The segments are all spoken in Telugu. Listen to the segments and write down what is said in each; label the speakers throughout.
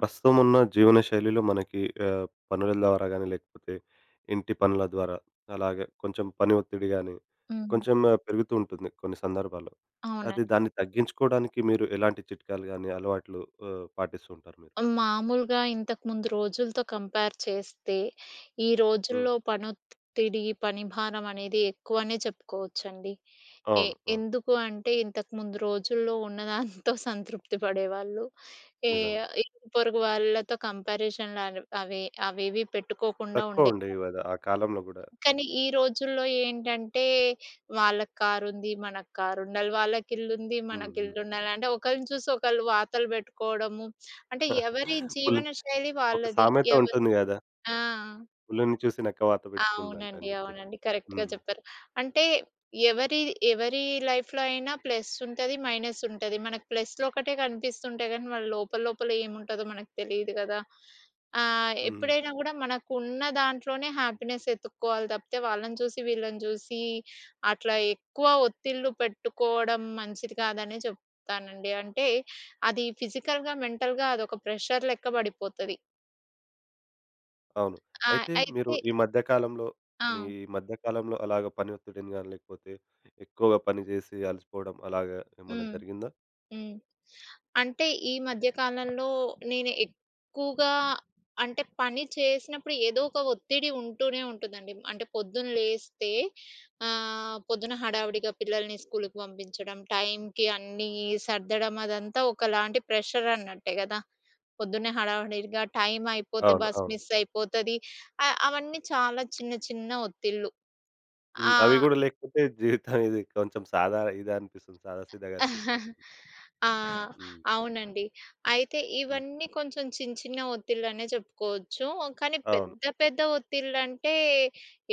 Speaker 1: ప్రస్తుతం ఉన్న జీవన శైలిలో మనకి పనుల ద్వారా గాని, లేకపోతే ఇంటి పనుల ద్వారా, అలాగే కొంచెం పని ఒత్తిడి గాని,
Speaker 2: హ్మ్.
Speaker 1: కొంచెం పెరుగుతూ ఉంటుంది కొన్ని సందర్భాల్లో. అది
Speaker 2: అవునండి.
Speaker 1: దాన్ని తగ్గించుకోవడానికి మీరు ఎలాంటి చిట్కాలు గాని, అలవాట్లు పాటిస్తూ ఉంటారు మీరు?
Speaker 2: మామూలుగా ఇంతకుముందు రోజులతో కంపేర్ చేస్తే, ఈ
Speaker 1: హ్మ్.
Speaker 2: రోజుల్లో పనొత్తిడి, పని భారం అనేది ఎక్కువనే చెప్పుకోవచ్చండి. ఎ
Speaker 1: అవును. అవును.
Speaker 2: ఎందుకు అంటే, ఇంతకుముందు రోజుల్లో ఉన్నదాంతో సంతృప్తి పడేవాళ్ళు. ఏ
Speaker 1: నిజంగా.
Speaker 2: ఇరుగు పొరుగు వాళ్ళతో కంపారిజన్‌లు అవి అవేవి పెట్టుకోకుండా
Speaker 1: తక్కువ
Speaker 2: ఉండే.
Speaker 1: ఉండేవి గదా! ఆ కాలంలో గూడా.
Speaker 2: కానీ ఈ రోజుల్లో ఏంటంటే, వాళ్ళకి కారుంది, మనకు కారుండాలి. వాళ్ళకిల్లుంది,
Speaker 1: హ్మ్. హ్మ్.
Speaker 2: మనకిల్లుండాలి. అంటే ఒకళ్ళని చూసి ఒకళ్ళు వాతలు పెట్టుకోవడము. అంటే ఎవరి
Speaker 1: పులి
Speaker 2: జీవన శైలి
Speaker 1: ఒక
Speaker 2: వాళ్ళది.
Speaker 1: సామెత
Speaker 2: ఎవరి
Speaker 1: ఉంటుంది గదా!
Speaker 2: ఆ!
Speaker 1: పులిని చూసి నక్క వాత పెట్టుకుందంట అని
Speaker 2: అవునండి.
Speaker 1: జెప్పేసి.
Speaker 2: అవునండి. కరెక్ట్‌గా
Speaker 1: హ్మ్.
Speaker 2: చెప్పారు. అంటే ఎవరి ఎవరి లైఫ్‌లో అయినా ప్లస్ ఉంటది, మైనస్ ఉంటది. మనకు ప్లస్‌లు ఒకటే కనిపిస్తుంటాయి గానీ, వాళ్ళ లోపల లోపల ఏముంటదో మనకు తెలీదు గదా!
Speaker 1: హ్మ్.
Speaker 2: ఎప్పుడైనా గూడా మనకున్న దాంట్లోనే హ్యాపీనెస్ ఎతుక్కోవాలి తప్పితే, వాళ్ళని చూసి, వీళ్ళని చూసి అట్లా ఎక్కువ ఒత్తిళ్ళు పెట్టుకోవడం మంచిది కాదనే చెప్తానండి. అంటే అది ఫిజికల్‌గా, మెంటల్‌గా అదొక ప్రెషర్ లెక్క పడిపోతది.
Speaker 1: అవును.
Speaker 2: ఆ!
Speaker 1: అయితే మీరు
Speaker 2: అయితే
Speaker 1: ఈ మధ్య కాలంలో,
Speaker 2: ఆ!
Speaker 1: మీ ఈ మధ్య కాలంలో అలాగ పని ఒత్తిడిని గాని, లేకపోతే ఎక్కువగా పని జేసి అలసిపోవడం అలాగా ఏమన్నా
Speaker 2: హ్మ్.
Speaker 1: జరిగిందా?
Speaker 2: హ్మ్. అంటే ఈ మధ్య కాలంలో నేను ఎక్కువగా అంటే పని చేసినప్పుడు ఏదో ఒక ఒత్తిడి ఉంటూనే ఉంటుందండి. అంటే పొద్దున లేస్తే పొద్దున హడావిడిగా పిల్లల్ని స్కూలుకి పంపించడం, టైంకి అన్నీ సర్దడం అదంతా ఒకలాంటి ప్రెషర్ అన్నట్టే గదా! పొద్దున్నే హడావిడిగా టైం అయిపోతే
Speaker 1: అవును.
Speaker 2: బస్
Speaker 1: అవును.
Speaker 2: మిస్ అయిపోతది. అవన్నీ చాలా చిన్న చిన్న ఒత్తిళ్ళు.
Speaker 1: హ్మ్. అవి
Speaker 2: ఆ!
Speaker 1: గూడా లేకపోతే జీవితం ఇది కొంచెం సాదా ఇదా అనిపిస్తుంది. సాదా సీదాగా అనిపిస్తుంటుంది.
Speaker 2: ఆ!
Speaker 1: హ్మ్.
Speaker 2: అవునండి. అయితే
Speaker 1: హ్మ్.
Speaker 2: ఇవన్నీ కొంచెం చిన్న చిన్న ఒత్తిళ్ళనే చెప్పుకోవచ్చు. కానీ
Speaker 1: అవును.
Speaker 2: పెద్ద పెద్ద ఒత్తిళ్ళంటే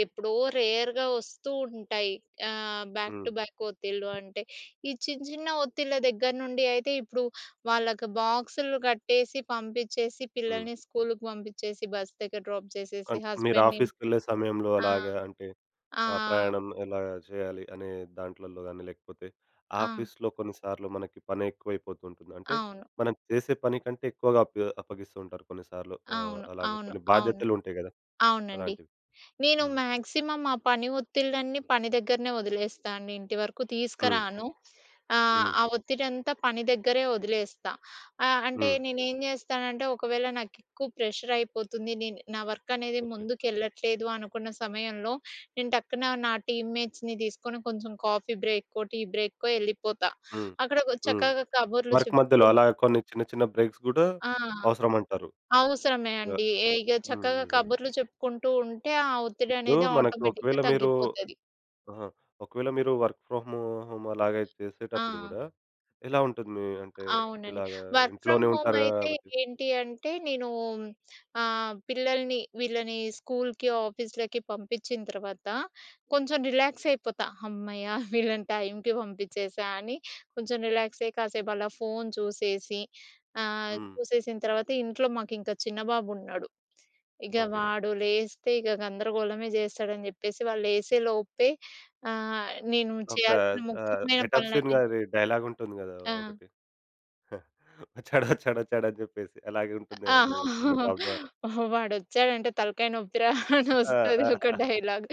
Speaker 2: ఎప్పుడో రేర్‌గా వస్తూ ఉంటాయి. బ్యాక్
Speaker 1: హ్మ్.
Speaker 2: టు బ్యాక్ ఒత్తిళ్ళు అంటే. ఈ చిన్న చిన్న ఒత్తిళ్ళ దగ్గర నుండి అయితే ఇప్పుడు వాళ్ళకి బాక్సులు కట్టేసి పంపించేసి
Speaker 1: హ్మ్.
Speaker 2: పిల్లల్ని స్కూలుకి పంపించేసి బస్ దగ్గర డ్రాప్ చేసేసి
Speaker 1: అంటే మీరు
Speaker 2: హస్బెండ్‌ని
Speaker 1: ఆఫీస్‌కెళ్ళే సమయంలో
Speaker 2: ఆ!
Speaker 1: అలాగా అంటే ఆ
Speaker 2: ఆ!
Speaker 1: ప్రయాణం ఎలా చేయాలి అనే దాంట్లల్లో గాని, లేకపోతే
Speaker 2: ఆ!
Speaker 1: ఆఫీస్‌లో కొన్నిసార్లు మనకి పని ఎక్కువైపోతుంటుంది. అంటే
Speaker 2: అవును.
Speaker 1: మనం చేసే పని కంటే ఎక్కువగా అప్పగిస్తూ ఉంటారు కొన్నిసార్లు.
Speaker 2: అవును.
Speaker 1: అలాగే
Speaker 2: అవును.
Speaker 1: కొన్ని
Speaker 2: అవును.
Speaker 1: బాధ్యతలు ఉంటాయి గదా!
Speaker 2: అవునండి.
Speaker 1: అలాంటివి.
Speaker 2: నేను
Speaker 1: హ్మ్.
Speaker 2: మాక్సిమం ఆ పని ఒత్తిళ్ళన్నీ పని దగ్గరనే వదిలేస్తా అండి. ఇంటి వరకు
Speaker 1: హ్మ్.
Speaker 2: తీసుకురాను.
Speaker 1: హ్మ్.
Speaker 2: ఆ ఒత్తిడంతా పని దగ్గరే వదిలేస్తా. అంటే
Speaker 1: హ్మ్.
Speaker 2: నేనేం జేస్తానంటే ఒకవేళ నాకెక్కువ ప్రెషర్ అయిపోతుంది. నేను నా వర్క్ అనేది
Speaker 1: ఓకే.
Speaker 2: ముందుకెళ్ళట్లేదు అనుకున్న సమయంలో నేను టక్కున నా టీమ్‌మేట్స్‌ని తీసుకొని కొంచెం కాఫీ బ్రేకో, టీ బ్రేకో ఎళ్ళిపోతా.
Speaker 1: హ్మ్.
Speaker 2: అక్కడ
Speaker 1: హ్మ్.
Speaker 2: చక్కగా కబుర్లు
Speaker 1: వర్క్ మధ్యలో అలా
Speaker 2: చెప్పుకుంటూ.
Speaker 1: కొన్ని చిన్న చిన్న బ్రేక్స్ గూడా
Speaker 2: ఆ!
Speaker 1: అవసరమంటారు.
Speaker 2: అవసరమే
Speaker 1: యాహ్!
Speaker 2: అండి. ఏ ఇగ
Speaker 1: హ్మ్.
Speaker 2: చక్కగా
Speaker 1: నిజంగా.
Speaker 2: కబుర్లు చెప్పుకుంటూ ఉంటే ఆ ఒత్తిడి
Speaker 1: ఇప్పుడు
Speaker 2: అనేది
Speaker 1: మనకు
Speaker 2: ఆటోమేటిక్‌గా
Speaker 1: ఒకవేళ మీరు
Speaker 2: తగ్గిపోతది.
Speaker 1: ఆహా! ఒకవేళ మీరు వర్క్ ఫ్రమ్ హోమ్ అలాగే చేసేటప్పుడు
Speaker 2: ఆ!
Speaker 1: గూడా ఎలా ఉంటుంది మీ అంటే
Speaker 2: అవునండి.
Speaker 1: ఇలాగా
Speaker 2: వర్క్ ఫ్రమ్
Speaker 1: ఇంట్లోనే
Speaker 2: హోమ్
Speaker 1: ఉంటారు
Speaker 2: అయితే
Speaker 1: గాబట్టి?
Speaker 2: ఏంటి అంటే నేను పిల్లల్ని వీళ్ళని స్కూల్‌కి, ఆఫీస్‌లకి పంపించిన తర్వాత కొంచెం రిలాక్స్ అయిపోతా. హమ్మయ్య! వీళ్ళని టైంకి పంపించేసా అని కొంచెం రిలాక్స్ అయ్యి కాసేపు అలా ఫోను చూసేసి
Speaker 1: హ్మ్.
Speaker 2: చూసేసిన తర్వాత ఇంట్లో మాకింకా చిన్న బాబున్నాడు. ఇక
Speaker 1: ఓకే.
Speaker 2: వాడు లేస్తే ఇక గందరగోళమే జేస్తాడని జెప్పేసి వాళ్ళు లేసేలోపే నేను
Speaker 1: ఒక
Speaker 2: చేయాల్సిన ముఖ్యమైన
Speaker 1: 'గెటప్ సీన్'
Speaker 2: పనులన్నీ.
Speaker 1: గారి డైలాగ్ ఉంటుంది గదా!
Speaker 2: ఆ!
Speaker 1: ఒకటి. వచ్చాడు, వచ్చాడు, వచ్చాడు అని జెప్పేసి అలాగే
Speaker 2: ఆ!
Speaker 1: ఉంటుందేమో మీ చిన్న బాబు ద్వారా.
Speaker 2: వాడొచ్చాడంటే తలకాయ నొప్పిరా అని
Speaker 1: ఆ!
Speaker 2: ఒస్తది
Speaker 1: ఆ!
Speaker 2: ఒక డైలాగ్.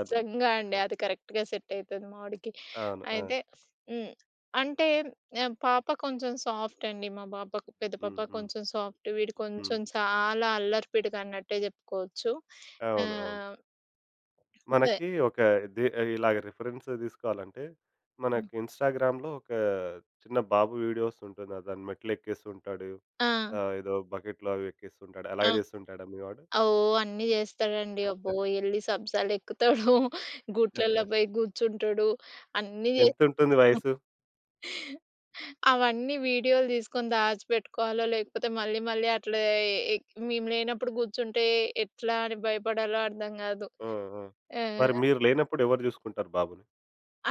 Speaker 1: అవును.
Speaker 2: అండి. అది కరెక్ట్‌గా సెట్ అయితది మా వోడికి.
Speaker 1: అవును. ఆ!
Speaker 2: అయితే హ్మ్. అంటే పాప కొంచెం సాఫ్ట్ అండి. మా పాప పెద్ద పాప
Speaker 1: హ్మ్. హ్మ్.
Speaker 2: కొంచెం సాఫ్ట్. వీడు
Speaker 1: హ్మ్.
Speaker 2: కొంచెం చాలా అల్లరిపీడుగా అన్నట్టే జెప్పుకోవచ్చు.
Speaker 1: అవును. అవును.
Speaker 2: ఆహ్, అదే.
Speaker 1: మనకి ఒక ది ఇలాగ రిఫరెన్స్ తీసుకోవాలంటే,
Speaker 2: హ్మ్.
Speaker 1: మనకి ఇన్‌స్టాగ్రామ్‌లో ఒక చిన్న బాబు వీడియోస్ ఉంటుంది. అతను మెట్లు ఎక్కేస్తుంటాడు.
Speaker 2: ఆ!
Speaker 1: ఏదో బకెట్‌లో అవి ఎక్కేస్తుంటాడు.
Speaker 2: ఆ!
Speaker 1: అలాగే చేస్తుంటాడా మీ వాడు?
Speaker 2: ఓహ్! అన్నీ జేస్తాడండి. అబ్బో! ఎళ్లి సబ్జాలెక్కుతాడు, గుట్లలో పోయి గూర్చుంటాడు, అన్నీ జే
Speaker 1: ఎంతుంటుంది వయసు?
Speaker 2: అవన్నీ వీడియోలు తీసుకొని దాచిపెట్టుకోవాలో, లేకపోతే మళ్ళీ మళ్ళీ అట్లా ఎ మేము లేనప్పుడు గూర్చుంటే ఎట్లా అని భయపడాలో అర్థం గాదు.
Speaker 1: ఆ! ఆ!
Speaker 2: ఆ!
Speaker 1: మరి మీరు లేనప్పుడు ఎవరు చూసుకుంటారు బాబుని?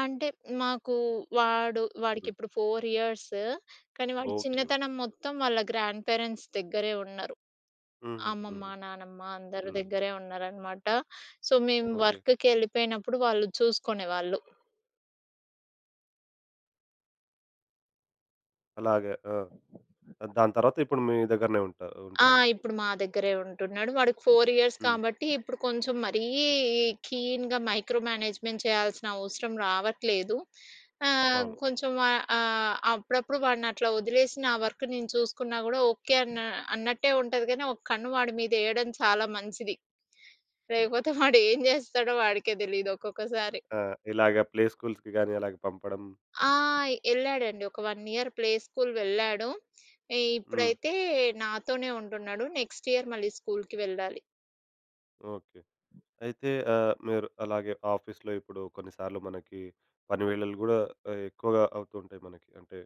Speaker 2: అంటే మాకు
Speaker 1: హ్మ్.
Speaker 2: వాడికిప్పుడు 4 ఇయర్స్. కానీ వాడి
Speaker 1: ఓకే. ఓకే.
Speaker 2: చిన్నతనం మొత్తం వాళ్ళ గ్రాండ్ పేరెంట్స్ దగ్గరే ఉన్నారు.
Speaker 1: హుహు.
Speaker 2: అమ్మమ్మ,
Speaker 1: హుహు.
Speaker 2: నానమ్మ అందరూ
Speaker 1: హ్మ్.
Speaker 2: దగ్గరే ఉన్నారనమాట. సో, మేము
Speaker 1: ఓకే.
Speaker 2: వర్క్‌కెళ్ళిపోయినప్పుడు వాళ్ళు చూసుకునేవాళ్ళు.
Speaker 1: అలాగే. ఆ! దాని తర్వాత ఇప్పుడు మీ దగ్గరనే
Speaker 2: ఆ!
Speaker 1: ఉంటున్నాడు.
Speaker 2: ఇప్పుడు మా దగ్గరే ఉంటున్నాడు. వాడికి 4 ఇయర్స్
Speaker 1: హ్మ్.
Speaker 2: కాబట్టి ఇప్పుడు కొంచెం మరీ కీన్‌గా మైక్రో మేనేజ్‌మెంట్ చేయాల్సిన అవసరం రావట్లేదు. ఆహ్,
Speaker 1: అవును.
Speaker 2: కొంచెం ఆహ్, ఆహ్, అప్పుడప్పుడు వాడిని అట్లా వదిలేసి నా వర్క్ నేను చూసుకున్నా గూడా ఓకే అన్నట్టే ఉంటది గానీ, ఒక కన్ను వాడి మీద ఎయడం చాలా మంచిది. లేకపోతే వాడు ఏం జేస్తాడో వాడికే తెలీదు ఒక్కొక్కసారి.
Speaker 1: ఆ! ఇలాగ ప్లే స్కూల్స్‌కి గాని అలాగ పంపడం.
Speaker 2: ఆ! ఎళ్ళాడండి. ఒక 1 ఇయర్ ప్లే స్కూల్ వెళ్ళాడు.
Speaker 1: హ్మ్.
Speaker 2: ఇప్పుడైతే నాతోనే ఉంటున్నాడు. నెక్స్ట్ ఇయర్ మళ్ళీ స్కూల్‌కి వెళ్ళాలి.
Speaker 1: ఓకే. అయితే మీరు అలాగే ఆఫీస్‌లో ఇప్పుడు కొన్నిసార్లు మనకి పని వేళలు గూడా ఎక్కువగా అవుతూ ఉంటాయి మనకి. అంటే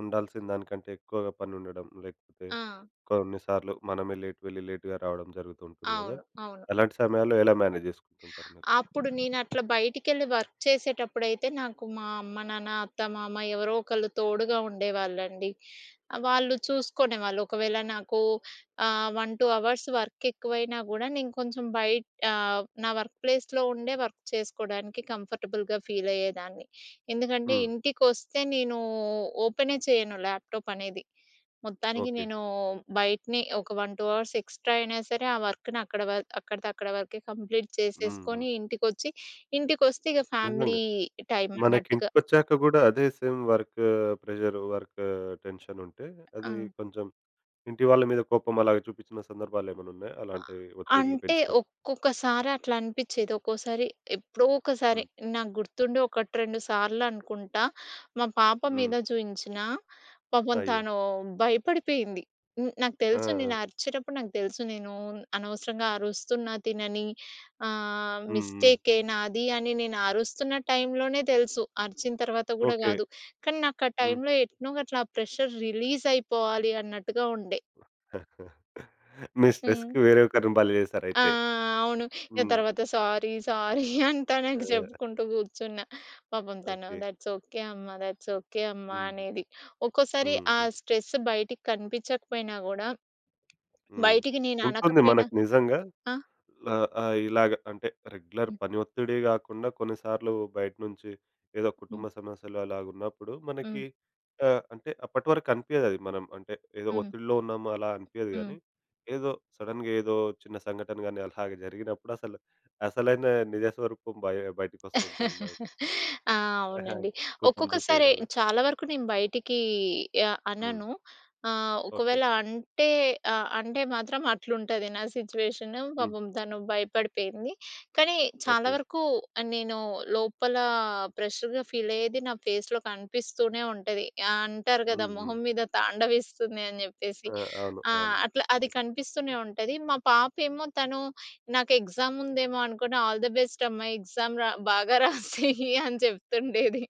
Speaker 1: ఉండాల్సిన దానికంటే ఎక్కువగా పని ఉండడం, లేకపోతే
Speaker 2: ఆ!
Speaker 1: కొన్నిసార్లు మనమే లేట్ వెళ్లి లేట్‌గా రావడం జరుగుతూ ఉంటుంది గదా!
Speaker 2: అవును. అవును.
Speaker 1: అలాంటి సమయాల్లో ఎలా మేనేజ్ జేసుకుంటుంటారు మీరు?
Speaker 2: అప్పుడు నేనట్లా బయటికెళ్ళి వర్క్ చేసేటప్పుడైతే నాకు మా అమ్మ, నాన్న, అత్త, మామ ఎవరో ఒకళ్ళు తోడుగా ఉండేవాళ్ళండి. వాళ్ళు చూసుకునేవాళ్ళు. ఒకవేళ నాకు 1, 2 అవర్స్ వర్క్ ఎక్కువైనా గూడా నేను కొంచెం బయట నా వర్క్ ప్లేస్‌లో ఉండే వర్క్ చేసుకోడానికి కంఫర్టబుల్‌గా ఫీల్ అయ్యేదాన్ని. ఎందుకంటే
Speaker 1: హ్మ్.
Speaker 2: ఇంటికొస్తే నేను ఓపెనే చేయను ల్యాప్‌టాప్ అనేది. మొత్తానికి
Speaker 1: ఓకే.
Speaker 2: నేను బయటనే ఒక 1, 2 అవర్స్ ఎక్స్‌ట్రా అయినా సరే ఆ వర్క్‌ని అక్కడ వ అక్కడిదక్కడ వరకే కంప్లీట్
Speaker 1: హ్మ్. హ్మ్.
Speaker 2: చేసేసుకొని ఇంటికొచ్చి, ఇంటికొస్తే ఇక
Speaker 1: నిజంగా.
Speaker 2: ఫ్యామిలీ టైమ్ అన్నట్టుగా.
Speaker 1: మనకింటికొచ్చాక గూడా అదే same work pressure, work tension ఉంటే
Speaker 2: ఆ!
Speaker 1: అది కొంచెం ఇంటి వాళ్ళ మీద కోపం అలాగ చూపించిన సందర్భాలేమైనా ఉన్నాయా? అలాంటి ఒత్తిడులు
Speaker 2: అంటే
Speaker 1: పెంచుకొని?
Speaker 2: ఒక్కొక్కసారి అట్లా అనిపిచ్చేది. ఒక్కోసారి ఎప్పుడో ఒకసారి
Speaker 1: హ్మ్.
Speaker 2: నాకు గుర్తుండి 1, 2 సార్లనుకుంటా మా పాప
Speaker 1: హ్మ్.
Speaker 2: మీద చూయించినా, పాపం
Speaker 1: అయ్యో!
Speaker 2: తను భయపడిపోయింది. హ్మ్. నాకు
Speaker 1: ఆ!
Speaker 2: తెలుసు
Speaker 1: ఆ!
Speaker 2: నేను అరిచేటప్పుడు నాకు తెలుసు నేను అనవసరంగా అరుస్తున్నా తినని.
Speaker 1: హ్మ్. హ్మ్.
Speaker 2: మిస్టేకే నాది అని నేను అరుస్తున్న టైంలోనే తెలుసు. అరిచిన తర్వాత గూడా
Speaker 1: ఓకే.
Speaker 2: గాదు. కానీ నాకు ఆ
Speaker 1: హ్మ్.
Speaker 2: టైంలో ఎట్నో గట్ల ఆ ప్రెషర్ రిలీజ్ అయిపోవాలి అన్నట్టుగా ఉండే.
Speaker 1: మీ
Speaker 2: హ్మ్.
Speaker 1: స్ట్రెస్‌కి వేరే ఒకరిని బలి
Speaker 2: ఆ!
Speaker 1: చేసారయితే.
Speaker 2: అవును. ఇక
Speaker 1: హ్మ్.
Speaker 2: తర్వాత సారీ, సారీ అని తనకి
Speaker 1: ఆ!
Speaker 2: చెప్పుకుంటూ కూర్చున్నా. పాపం తను
Speaker 1: ఓకే.
Speaker 2: "దట్స్ ఓకే అమ్మ. దట్స్ ఓకే అమ్మ"
Speaker 1: హుహు.
Speaker 2: అనేది. ఒక్కోసారి
Speaker 1: హ్మ్.
Speaker 2: ఆ
Speaker 1: హ్మ్.
Speaker 2: స్ట్రెస్ బయటికి కనిపించకపోయినా గూడా
Speaker 1: హ్మ్.
Speaker 2: బయటికి నేను
Speaker 1: ఉంటుంది
Speaker 2: అనకపోయినా
Speaker 1: మనకు నిజంగా.
Speaker 2: ఆ!
Speaker 1: ఆ! ఆ! ఇలాగ అంటే రెగ్యులర్
Speaker 2: హ్మ్.
Speaker 1: పని ఒత్తిడి గాకుండా కొన్నిసార్లు బయట నుంచి ఏదో
Speaker 2: హ్మ్.
Speaker 1: కుటుంబ సమస్యలు అలాగున్నప్పుడు
Speaker 2: హ్మ్.
Speaker 1: మనకి, అంటే అప్పటి వరకు అనిపియదది. మనం అంటే ఏదో
Speaker 2: హ్మ్.
Speaker 1: ఒత్తిడిలో ఉన్నాము అలా అనిపియదు
Speaker 2: హ్మ్.
Speaker 1: గానీ, ఏదో సడెన్‌గా ఏదో చిన్న సంఘటన గాని అలాగ జరిగినప్పుడు అసలు అసలైన నిజ స్వరూపం బయటికొస్తూ ఉంటుంది మనకి.
Speaker 2: ఆ!
Speaker 1: ఆహా,
Speaker 2: అవునండి.
Speaker 1: కోపం
Speaker 2: ఒక్కొక్కసారి
Speaker 1: చూపేయడాలు.
Speaker 2: చాలా వరకు నేను బయటికి
Speaker 1: హ్మ్.
Speaker 2: అనను. ఆహ్,
Speaker 1: ఓకే.
Speaker 2: ఒకవేళ అంటే ఆహ్, అంటే మాత్రం అట్లుంటది నా సిట్యుయేషన్.
Speaker 1: హ్మ్.
Speaker 2: పాపం తను భయపడిపోయింది. కానీ చాలా
Speaker 1: ఓకే.
Speaker 2: వరకు నేను లోపల ప్రెషర్‌గా ఫీల్ అయ్యేది నా ఫేస్‌లో కనిపిస్తూనే ఉంటది. అంటారు కదా!
Speaker 1: హ్మ్. హ్మ్.
Speaker 2: మొహం మీద తాండవిస్తుంది అని చెప్పేసి.
Speaker 1: ఆ! అవును.
Speaker 2: ఆ!
Speaker 1: అవును.
Speaker 2: అట్లా అది కనిపిస్తూనే ఉంటది. మా పాపేమో తను నాకు ఎగ్జామ్ ఉందేమో అనుకుని "ఆల్ ది బెస్ట్ అమ్మా! ఎగ్జామ్ రా బాగా రాసేయి" అని చెప్తుండేది.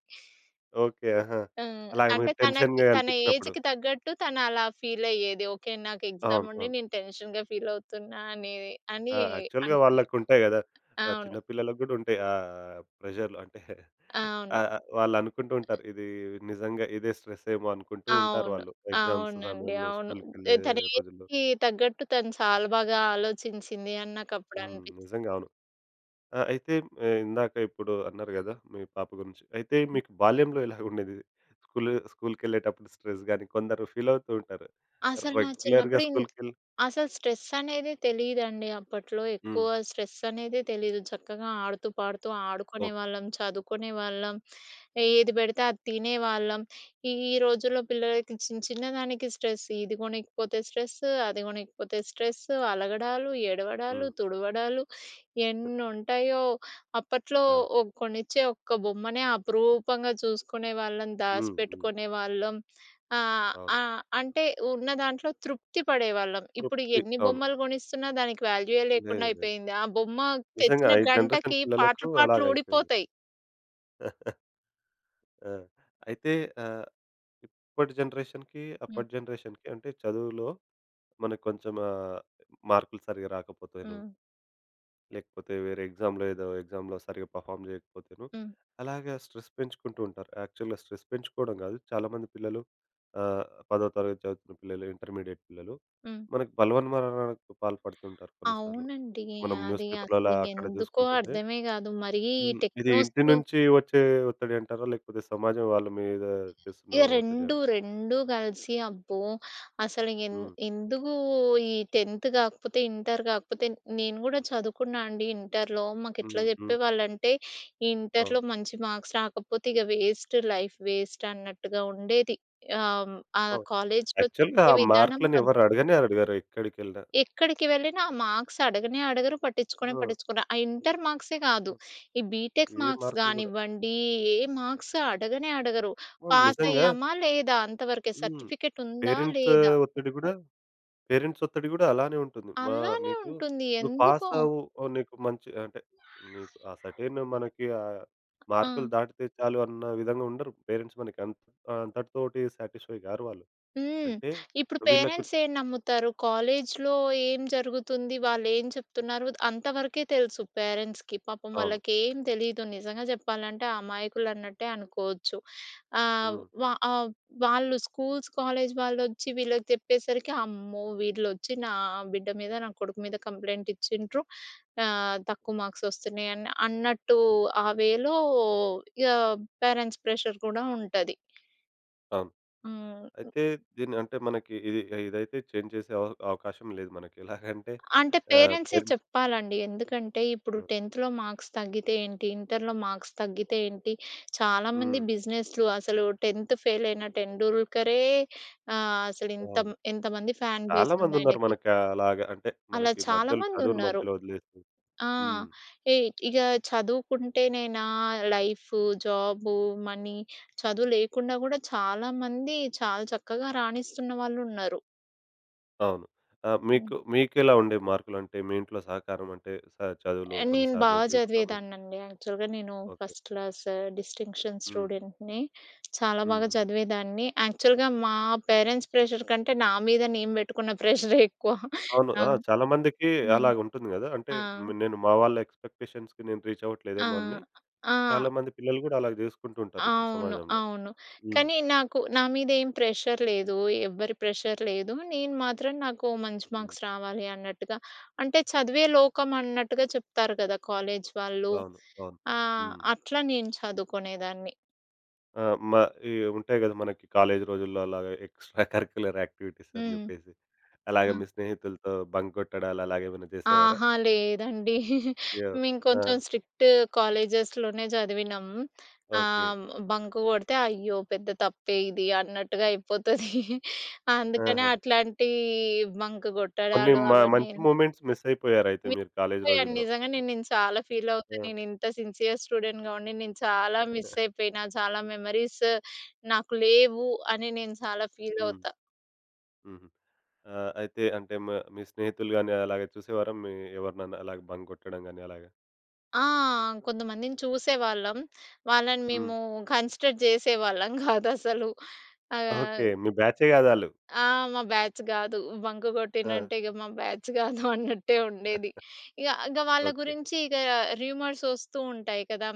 Speaker 1: ఓకే. ఆహా!
Speaker 2: హ్మ్.
Speaker 1: అలాగ
Speaker 2: అంటే
Speaker 1: మీరు
Speaker 2: తనకి
Speaker 1: టెన్షన్‌గా
Speaker 2: తన
Speaker 1: అనిపించినప్పుడు.
Speaker 2: ఏజ్‌కి తగ్గట్టు తను అలా ఫీల్ అయ్యేది. ఓకే. నాకు ఎగ్జామ్
Speaker 1: అవును.
Speaker 2: ఉండి
Speaker 1: అవును.
Speaker 2: నేను టెన్షన్‌గా ఫీల్ అవుతున్నా అనేది అని
Speaker 1: ఆ! యాక్చువల్‌గా
Speaker 2: అనుకునేది.
Speaker 1: వాళ్ళకుంటాయి గదా!
Speaker 2: అవును.
Speaker 1: చిన్న పిల్లలకి గూడా ఉంటాయి. ప్రెషర్‌లు అంటే
Speaker 2: అవును.
Speaker 1: ఆహ్, ఆహ్, వాళ్ళనుకుంటూ ఉంటారు. ఇది నిజంగా ఇదే స్ట్రెస్సేమో అనుకుంటూ ఉంటారు
Speaker 2: అవును.
Speaker 1: వాళ్ళు. ఎగ్జామ్స్
Speaker 2: అవునండి.
Speaker 1: సమయంలో
Speaker 2: అవును. ఏ
Speaker 1: స్కూలుకెళ్ళే
Speaker 2: తన
Speaker 1: రోజుల్లో.
Speaker 2: ఏజ్‌కి తగ్గట్టు తను చాలా బాగా ఆలోచించింది అని నాకప్పుడు
Speaker 1: హ్మ్.
Speaker 2: అనిపించింది.
Speaker 1: నిజంగా అవును. ఆ! అయితే ఇందాక ఇప్పుడు అన్నారు గదా! మీ పాప గురించి. అయితే మీకు బాల్యంలో ఎలాగుండేది? స్కూలుకెళ్ళేటప్పుడు స్ట్రెస్ గాని కొందరు ఫీలవుతూ ఉంటారు.
Speaker 2: అసలు నా
Speaker 1: రెగ్యులర్‌గా
Speaker 2: చిన్నప్పుడు ఇన్
Speaker 1: స్కూలుకెళ్ళి.
Speaker 2: అసలు స్ట్రెస్ అనేది తెలీదండి అప్పట్లో.
Speaker 1: హ్మ్.
Speaker 2: ఎక్కువ స్ట్రెస్ అనేది తెలీదు. చక్కగా ఆడుతూ, పాడుతూ
Speaker 1: ఓకే.
Speaker 2: ఆడుకునేవాళ్ళం, చదువుకునేవాళ్ళం, ఏది పెడితే అది తినేవాళ్ళం. ఈ ఈ రోజుల్లో పిల్లలకి చిన్న చిన్నదానికి స్ట్రెస్. ఇది కొనకపోతే స్ట్రెస్, అది కొనకపోతే స్ట్రెస్, అలగడాలు, ఏడవడాలు,
Speaker 1: హ్మ్.
Speaker 2: తుడవడాలు ఎన్నుంటాయో! అప్పట్లో
Speaker 1: అవును.
Speaker 2: ఓ కొనిచ్చే ఒక్క బొమ్మనే అపురూపంగా చూసుకునేవాళ్ళం,
Speaker 1: హ్మ్. హ్మ్.
Speaker 2: దాసిపెట్టుకునేవాళ్ళం. ఆహ్,
Speaker 1: అవును.
Speaker 2: ఆహ్, అంటే ఉన్న దాంట్లో తృప్తి పడేవాళ్ళం. ఇప్పుడు
Speaker 1: తృప్తి.
Speaker 2: ఎన్ని
Speaker 1: అవును.
Speaker 2: బొమ్మలు కొనిస్తున్నా దానికి వాల్యూయే లేకుండా
Speaker 1: లేదు లేదు.
Speaker 2: అయిపోయింది. ఆ బొమ్మ
Speaker 1: నిజంగా
Speaker 2: తెచ్చిన
Speaker 1: ఈ జనరేషన్
Speaker 2: గంటకి
Speaker 1: పిల్లలకు
Speaker 2: పార్ట్లు పార్ట్లు
Speaker 1: అలాగైపోయింది.
Speaker 2: ఊడిపోతాయి.
Speaker 1: ఆ! అయితే ఆహ్, ఇప్పటి జనరేషన్‌కి,
Speaker 2: హ్మ్.
Speaker 1: అప్పటి జనరేషన్‌కి అంటే చదువులో మనకు కొంచెం మార్కులు సరిగ్గా రాకపోతేను,
Speaker 2: హ్మ్.
Speaker 1: లేకపోతే వేరే ఎగ్జామ్‌లో ఏదో ఎగ్జామ్‌లో సరిగ్గా పెర్ఫార్మ్ చేయకపోతేను,
Speaker 2: హ్మ్.
Speaker 1: అలాగా స్ట్రెస్ పెంచుకుంటూ ఉంటారు. యాక్చువల్‌గా స్ట్రెస్ పెంచుకోవడం కాదు. చాలామంది పిల్లలు, ఆహ్, 10వ తరగతి చదువుతున్న పిల్లలు, ఇంటర్మీడియేట్ పిల్లలు
Speaker 2: హ్మ్.
Speaker 1: మనకు బలవన్మరణకు పాల్పడుతుంటారు కొన్నిసార్లు.
Speaker 2: అవునండి.
Speaker 1: మనం న్యూస్
Speaker 2: అది
Speaker 1: పేపర్‌లలో
Speaker 2: అసలు
Speaker 1: అక్కడ
Speaker 2: ఎందుకో
Speaker 1: చూసుకుంటుంటే.
Speaker 2: అర్థమే గాదు. మరీ ఈ
Speaker 1: హ్మ్. ఇది
Speaker 2: టెక్నో
Speaker 1: ఇంటి
Speaker 2: స్కూల్
Speaker 1: నుంచి వచ్చే ఒత్తిడి అంటారా? లేకపోతే సమాజం వాళ్ళ మీద చేస్తున్న
Speaker 2: ఇగ
Speaker 1: ఒత్తిడి
Speaker 2: 2,
Speaker 1: అం.
Speaker 2: 2 కలిసి అబ్బో! అసలు ఎన్
Speaker 1: హ్మ్.
Speaker 2: ఎందుకు ఈ 10థ్ కాకపోతే, ఇంటర్ కాకపోతే నేను కూడా చదువుకున్నా అండి ఇంటర్‌లో. మాకెట్లా
Speaker 1: హ్మ్. హ్మ్.
Speaker 2: చెప్పేవాళ్ళంటే,
Speaker 1: అవును.
Speaker 2: ఇంటర్‌లో మంచి మార్క్స్ రాకపోతే ఇక వేస్ట్ లైఫ్ వేస్ట్ అన్నట్టుగా ఉండేది. ఆహ్, ఆ
Speaker 1: అవును.
Speaker 2: కాలేజ్‌లో
Speaker 1: యాక్చువల్‌గా
Speaker 2: చెప్పే
Speaker 1: ఆ
Speaker 2: విధానం
Speaker 1: మార్కులని
Speaker 2: పద్
Speaker 1: ఎవరు అడగనే అడగరు ఎక్కడికెళ్ళినా.
Speaker 2: ఎక్కడికి వెళ్ళినా ఆ మార్క్స్ అడగనే అడగరు. పట్టించుకొనే
Speaker 1: ఆ!
Speaker 2: పట్టించుకోరు. ఆ ఇంటర్ మార్క్సే కాదు.
Speaker 1: ఆ!
Speaker 2: ఈ బీటెక్
Speaker 1: ఏ
Speaker 2: మార్క్స్
Speaker 1: మార్కులు గూడా.
Speaker 2: గానివ్వండి, ఏ మార్క్స్ అడగనే అడగరు.
Speaker 1: అవును.
Speaker 2: పాస్
Speaker 1: నిజంగా.
Speaker 2: అయ్యామా? లేదా? అంతవరకే.
Speaker 1: హ్మ్.
Speaker 2: సర్టిఫికేట్ ఉందా?
Speaker 1: పేరెంట్స్
Speaker 2: లేదా?
Speaker 1: ఒత్తిడి గూడా పేరెంట్స్ ఒత్తిడి గూడా అలానే ఉంటుంది. మా
Speaker 2: అలానే
Speaker 1: నీకు
Speaker 2: ఉంటుంది.
Speaker 1: నువ్వు పాస్
Speaker 2: ఎందుకో.
Speaker 1: అవ్వు. ఓహ్! నీకు మంచి అంటే నీకు ఆ సర్టెయిన్ మనకి
Speaker 2: ఆ!
Speaker 1: మార్కులు దాటితే చాలు అన్న విధంగా ఉండరు. పేరెంట్స్ మనకి అంతటితోటి సాటిస్ఫై గారు వాళ్ళు.
Speaker 2: హ్మ్.
Speaker 1: అంటే
Speaker 2: ఇప్పుడు
Speaker 1: వీళ్ళకు.
Speaker 2: పేరెంట్స్ ఏం నమ్ముతారు? కాలేజ్‌లో ఏం జరుగుతుంది? వాళ్ళేం చెప్తున్నారు? అంతవరకే తెలుసు పేరెంట్స్‌కి. పాపం
Speaker 1: అవును.
Speaker 2: వాళ్ళకేం తెలీదు. నిజంగా చెప్పాలంటే అమాయకులన్నట్టే అనుకోవచ్చు. ఆహ్,
Speaker 1: హ్మ్.
Speaker 2: వా ఆహ్, వాళ్ళు స్కూల్స్, కాలేజ్ వాళ్ళొచ్చి వీళ్ళకి చెప్పేసరికి, అమ్మో! వీళ్ళొచ్చి నా బిడ్డ మీద, నా కొడుకు మీద కంప్లెయింట్ ఇచ్చిండ్రు. తక్కువ మార్క్స్ వస్తున్నాయని అన్నట్టు ఆ వేలో ఇగ పేరెంట్స్ ప్రెషర్ కూడా ఉంటది.
Speaker 1: అవును.
Speaker 2: హ్మ్.
Speaker 1: అయితే దీన్ని అంటే మనకి ఇది ఇదైతే చేంజ్ చేసే అవకాశం లేదు మనకి. ఎలాగంటే
Speaker 2: అంటే పేరెంట్సే
Speaker 1: పేరెంట్స్.
Speaker 2: చెప్పాలండి. ఎందుకంటే ఇప్పుడు
Speaker 1: హ్మ్.
Speaker 2: 10థ్‌లో మార్క్స్ తగ్గితే ఏంటి? ఇంటర్‌లో మార్క్స్ తగ్గితే ఏంటి? చాలామంది
Speaker 1: హ్మ్.
Speaker 2: బిజినెస్‌లు అసలు 10థ్ ఫెయిల్ అయిన 'టెండూల్కరే'. ఆహ్, అసలు ఇంత
Speaker 1: అవును.
Speaker 2: ఎంతమంది ఫ్యాన్
Speaker 1: చాలా
Speaker 2: బేస్ ఉంది
Speaker 1: మందున్నారు
Speaker 2: ఆయనకి.
Speaker 1: మనకి అలాగా అంటే
Speaker 2: అలా
Speaker 1: మనకి మధ్యలో చదువుని
Speaker 2: చాలామందున్నారు.
Speaker 1: మధ్యలో వదిలేసి.
Speaker 2: ఆ!
Speaker 1: హ్మ్.
Speaker 2: ఇ ఇగ చదువుకుంటేనేనా లైఫు, జాబు, మనీ. చదువు లేకుండా గూడా చాలామంది చాలా చక్కగా రాణిస్తున్న వాళ్ళున్నారు.
Speaker 1: అవును. ఆ! మీకెలా ఉండేవి మార్కులంటే మీ ఇంట్లో సహకారం అంటే చదువులో కొన్ని
Speaker 2: నేను బా
Speaker 1: సార్లు విఫలమైన.
Speaker 2: చదివేదాన్నండి. యాక్చువల్‌గా నేను
Speaker 1: ఓకే.
Speaker 2: ఫస్ట్ క్లాస్ డిస్టింక్షన్
Speaker 1: హ్మ్.
Speaker 2: స్టూడెంట్‌ని. చాలా
Speaker 1: హ్మ్.
Speaker 2: బాగా
Speaker 1: హ్మ్.
Speaker 2: చదివేదాన్ని. యాక్చువల్‌గా మా పేరెంట్స్ ప్రెషర్ కంటే నా మీద నేను పెట్టుకున్న ప్రెషరే ఎక్కువ.
Speaker 1: అవును. ఆ!
Speaker 2: ఆహ్.
Speaker 1: చాలా మందికి
Speaker 2: హ్మ్.
Speaker 1: అలాగుంటుంది గదా! అంటే
Speaker 2: ఆ!
Speaker 1: నేను మా వాళ్ళ ఎక్స్‌పెక్టేషన్స్‌కి నేను రీచ్
Speaker 2: ఆ!
Speaker 1: అవ్వట్లేదేమో అని.
Speaker 2: ఆ!
Speaker 1: చాలా మంది పిల్లలు గూడా అలాగ జేసుకుంటూ ఉంటారు ఇప్పుడు
Speaker 2: అవును.
Speaker 1: సమాజంలో.
Speaker 2: అవును.
Speaker 1: హ్మ్.
Speaker 2: కానీ నాకు నా మీద ఏం ప్రెషర్ లేదు. ఎవ్వరి ప్రెషర్ లేదు. నేను మాత్రం నాకు మంచి
Speaker 1: హ్మ్.
Speaker 2: మార్క్స్ రావాలి అన్నట్టుగా అంటే చదివే లోకం అన్నట్టుగా చెప్తారు కదా! కాలేజ్ వాళ్ళు.
Speaker 1: అవును. అవును. హ్మ్.
Speaker 2: అట్లా నేను చదువుకునేదాన్ని.
Speaker 1: ఆ! మ ఈ ఉంటాయి గదా! మనకి కాలేజీ రోజుల్లో అలాగా ఎక్స్‌ట్రా కరిక్యులర్ యాక్టివిటీస్ అని
Speaker 2: హ్మ్.
Speaker 1: జెప్పేసి. అలాగే
Speaker 2: ఆ!
Speaker 1: మీ స్నేహితులతో బంక్ గొట్టడాలు అలాగేమైనా జేసేవారా?
Speaker 2: ఆహా! లేదండి.
Speaker 1: యాహ్!
Speaker 2: మేము
Speaker 1: ఆ!
Speaker 2: కొంచెం స్ట్రిక్ట్ కాలేజెస్‌లోనే చదివినాం.
Speaker 1: ఓకే.
Speaker 2: ఆహ్, బంక్ కొడితే అయ్యో! పెద్ద తప్పే ఇది అన్నట్టుగా అయిపోతది. అందుకనే
Speaker 1: ఆహా!
Speaker 2: అట్లాంటి బంక్
Speaker 1: కొన్ని
Speaker 2: కొట్టడాలు అవన్నీ
Speaker 1: మంచి మూమెంట్స్ మిస్ అయిపోయారయితే
Speaker 2: మిస్
Speaker 1: మీరు కాలేజీ
Speaker 2: అయిపోయాను.
Speaker 1: రోజుల్లో.
Speaker 2: నిజంగా నేను నేను చాలా ఫీల్ అవుతా.
Speaker 1: ఆ!
Speaker 2: నేను ఇంత సిన్సియర్ స్టూడెంట్‌గా ఉండి నేను చాలా మిస్ అయిపోయినా, చాలా మెమోరీస్ నాకు లేవు అని నేను చాలా ఫీల్
Speaker 1: హ్మ్.
Speaker 2: అవుతా.
Speaker 1: హుహు. ఆ! అయితే అంటే మీ స్నేహితులు గాని అలాగే చూసేవారా? మీ ఎవరినన్నా అలాగ బంక్ గొట్టడం గాని అలాగా?
Speaker 2: ఆ! కొంతమందిని చూసేవాళ్ళం. వాళ్ళని
Speaker 1: హ్మ్.
Speaker 2: మేము కన్సిడర్ చేసేవాళ్ళం కాదసలు. ఆహ్.
Speaker 1: ఓకే. మీ బ్యాచే గాదాళ్ళు.
Speaker 2: ఆ! మా బ్యాచ్ గాదు. బంక్
Speaker 1: ఆ!
Speaker 2: కొట్టిండ్రంటే ఇగ మా బ్యాచ్ గాదు అన్నట్టే ఉండేది. ఇగ ఇగ వాళ్ళ
Speaker 1: ఓకే.
Speaker 2: గురించి ఇగ రూమర్స్ వస్తూ ఉంటాయి కదా!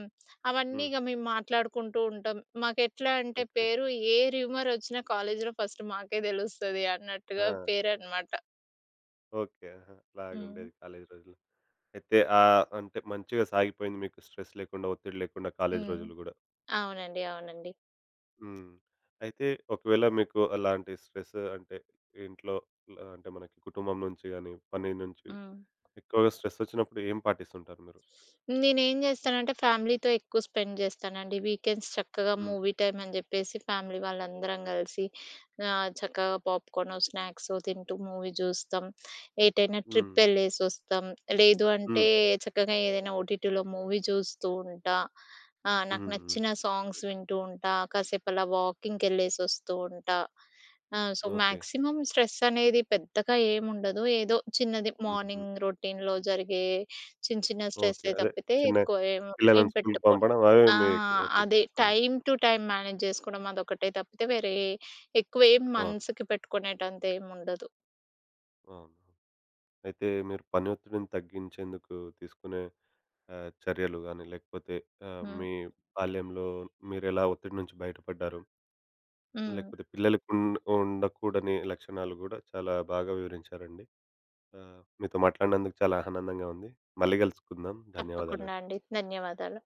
Speaker 2: అవన్నీ
Speaker 1: హ్మ్.
Speaker 2: ఇగ మేము మాట్లాడుకుంటూ ఉంటాం. మాకెట్లా అంటే
Speaker 1: ఓకే.
Speaker 2: పేరు ఏ రూమర్ వచ్చినా కాలేజీలో ఫస్ట్ మాకే తెలుస్తది అన్నట్టుగా
Speaker 1: ఆ!
Speaker 2: పేరనమాట.
Speaker 1: ఓకే. ఆహా!
Speaker 2: హ్మ్.
Speaker 1: అలాగుండేది కాలేజీ రోజుల్లో. అయితే అంటే మంచిగా సాగిపోయింది మీకు స్ట్రెస్ లేకుండా, ఒత్తిడి లేకుండా కాలేజీ
Speaker 2: హ్మ్.
Speaker 1: రోజులు గూడా.
Speaker 2: అవునండి. అవునండి.
Speaker 1: హ్మ్. అయితే ఒకవేళ మీకు అలాంటి స్ట్రెస్ అంటే ఇంట్లో అంటే మనకి కుటుంబం నుంచి గాని, పని నుంచి
Speaker 2: హ్మ్.
Speaker 1: ఎక్కువగా స్ట్రెస్ ఒచ్చినప్పుడు ఏం పాటిస్తుంటారు మీరు?
Speaker 2: నేనేం జేస్తానంటే, ఫ్యామిలీతో ఎక్కువ స్పెండ్ జేస్తానండి. వీకెండ్స్ చక్కగా
Speaker 1: హ్మ్.
Speaker 2: మూవీ టైమ్ అని జెప్పేసి, ఫ్యామిలీ వాళ్ళందరం గలిసి చక్కగా పాప్‌కార్నో, స్నాక్సో తింటూ మూవీ జూస్తాం. ఎటైనా
Speaker 1: హ్మ్.
Speaker 2: ట్రిప్పెళ్ళేసొస్తాం. లేదు అంటే,
Speaker 1: హ్మ్.
Speaker 2: చక్కగా ఏదైనా ఓటీటీలో మూవీ జూస్తూ ఉంటా. ఆ! నాకు
Speaker 1: హ్మ్. హ్మ్.
Speaker 2: నచ్చిన సాంగ్స్ వింటూ ఉంటా. కాసేపలా వాకింగ్‌కెళ్ళేసొస్తూ ఉంటా. ఆ! So,
Speaker 1: okay.
Speaker 2: మాక్సిమం స్ట్రెస్ అనేది పెద్దగా ఏముండదు. ఏదో చిన్నది
Speaker 1: హ్మ్. హ్మ్.
Speaker 2: మార్నింగ్ రొటీన్‌లో జరిగే చిన్న చిన్న
Speaker 1: ఓకే.
Speaker 2: స్ట్రెస్సే
Speaker 1: అదే
Speaker 2: తప్పితే
Speaker 1: చిన్న
Speaker 2: ఎక్కువ ఏం ఏం
Speaker 1: పిల్లలను స్కూలుకి
Speaker 2: పెట్టుకోను.
Speaker 1: పంపడం అవే
Speaker 2: ఆ!
Speaker 1: మీకు ఒత్తిడి.
Speaker 2: అదే
Speaker 1: హ్మ్.
Speaker 2: టైమ్ టు టైమ్ మేనేజ్ జేసుకోవడం అదొకటే తప్పితే వేరే ఎక్కువేం
Speaker 1: అవును.
Speaker 2: మనసుకి పెట్టుకునేటంత ఏముండదు.
Speaker 1: అవును. అయితే మీరు పని ఒత్తిడిని తగ్గించేందుకు తీసుకునే చర్యలు గాని, లేకపోతే
Speaker 2: హ్మ్.
Speaker 1: మీ బాల్యంలో మీరెలా ఒత్తిడి నుంచి బయటపడ్డారు?
Speaker 2: హ్మ్.
Speaker 1: లేకపోతే పిల్లలకు ఉండకూడని లక్షణాలు గూడా చాలా బాగా వివరించారండి. మీతో మాట్లాడినందుకు చాలా ఆనందంగా ఉంది. మళ్ళీ కలుసుకుందాం.
Speaker 2: తప్పకుండా
Speaker 1: ధన్యవాదాలండి.
Speaker 2: అండి. ధన్యవాదాలు.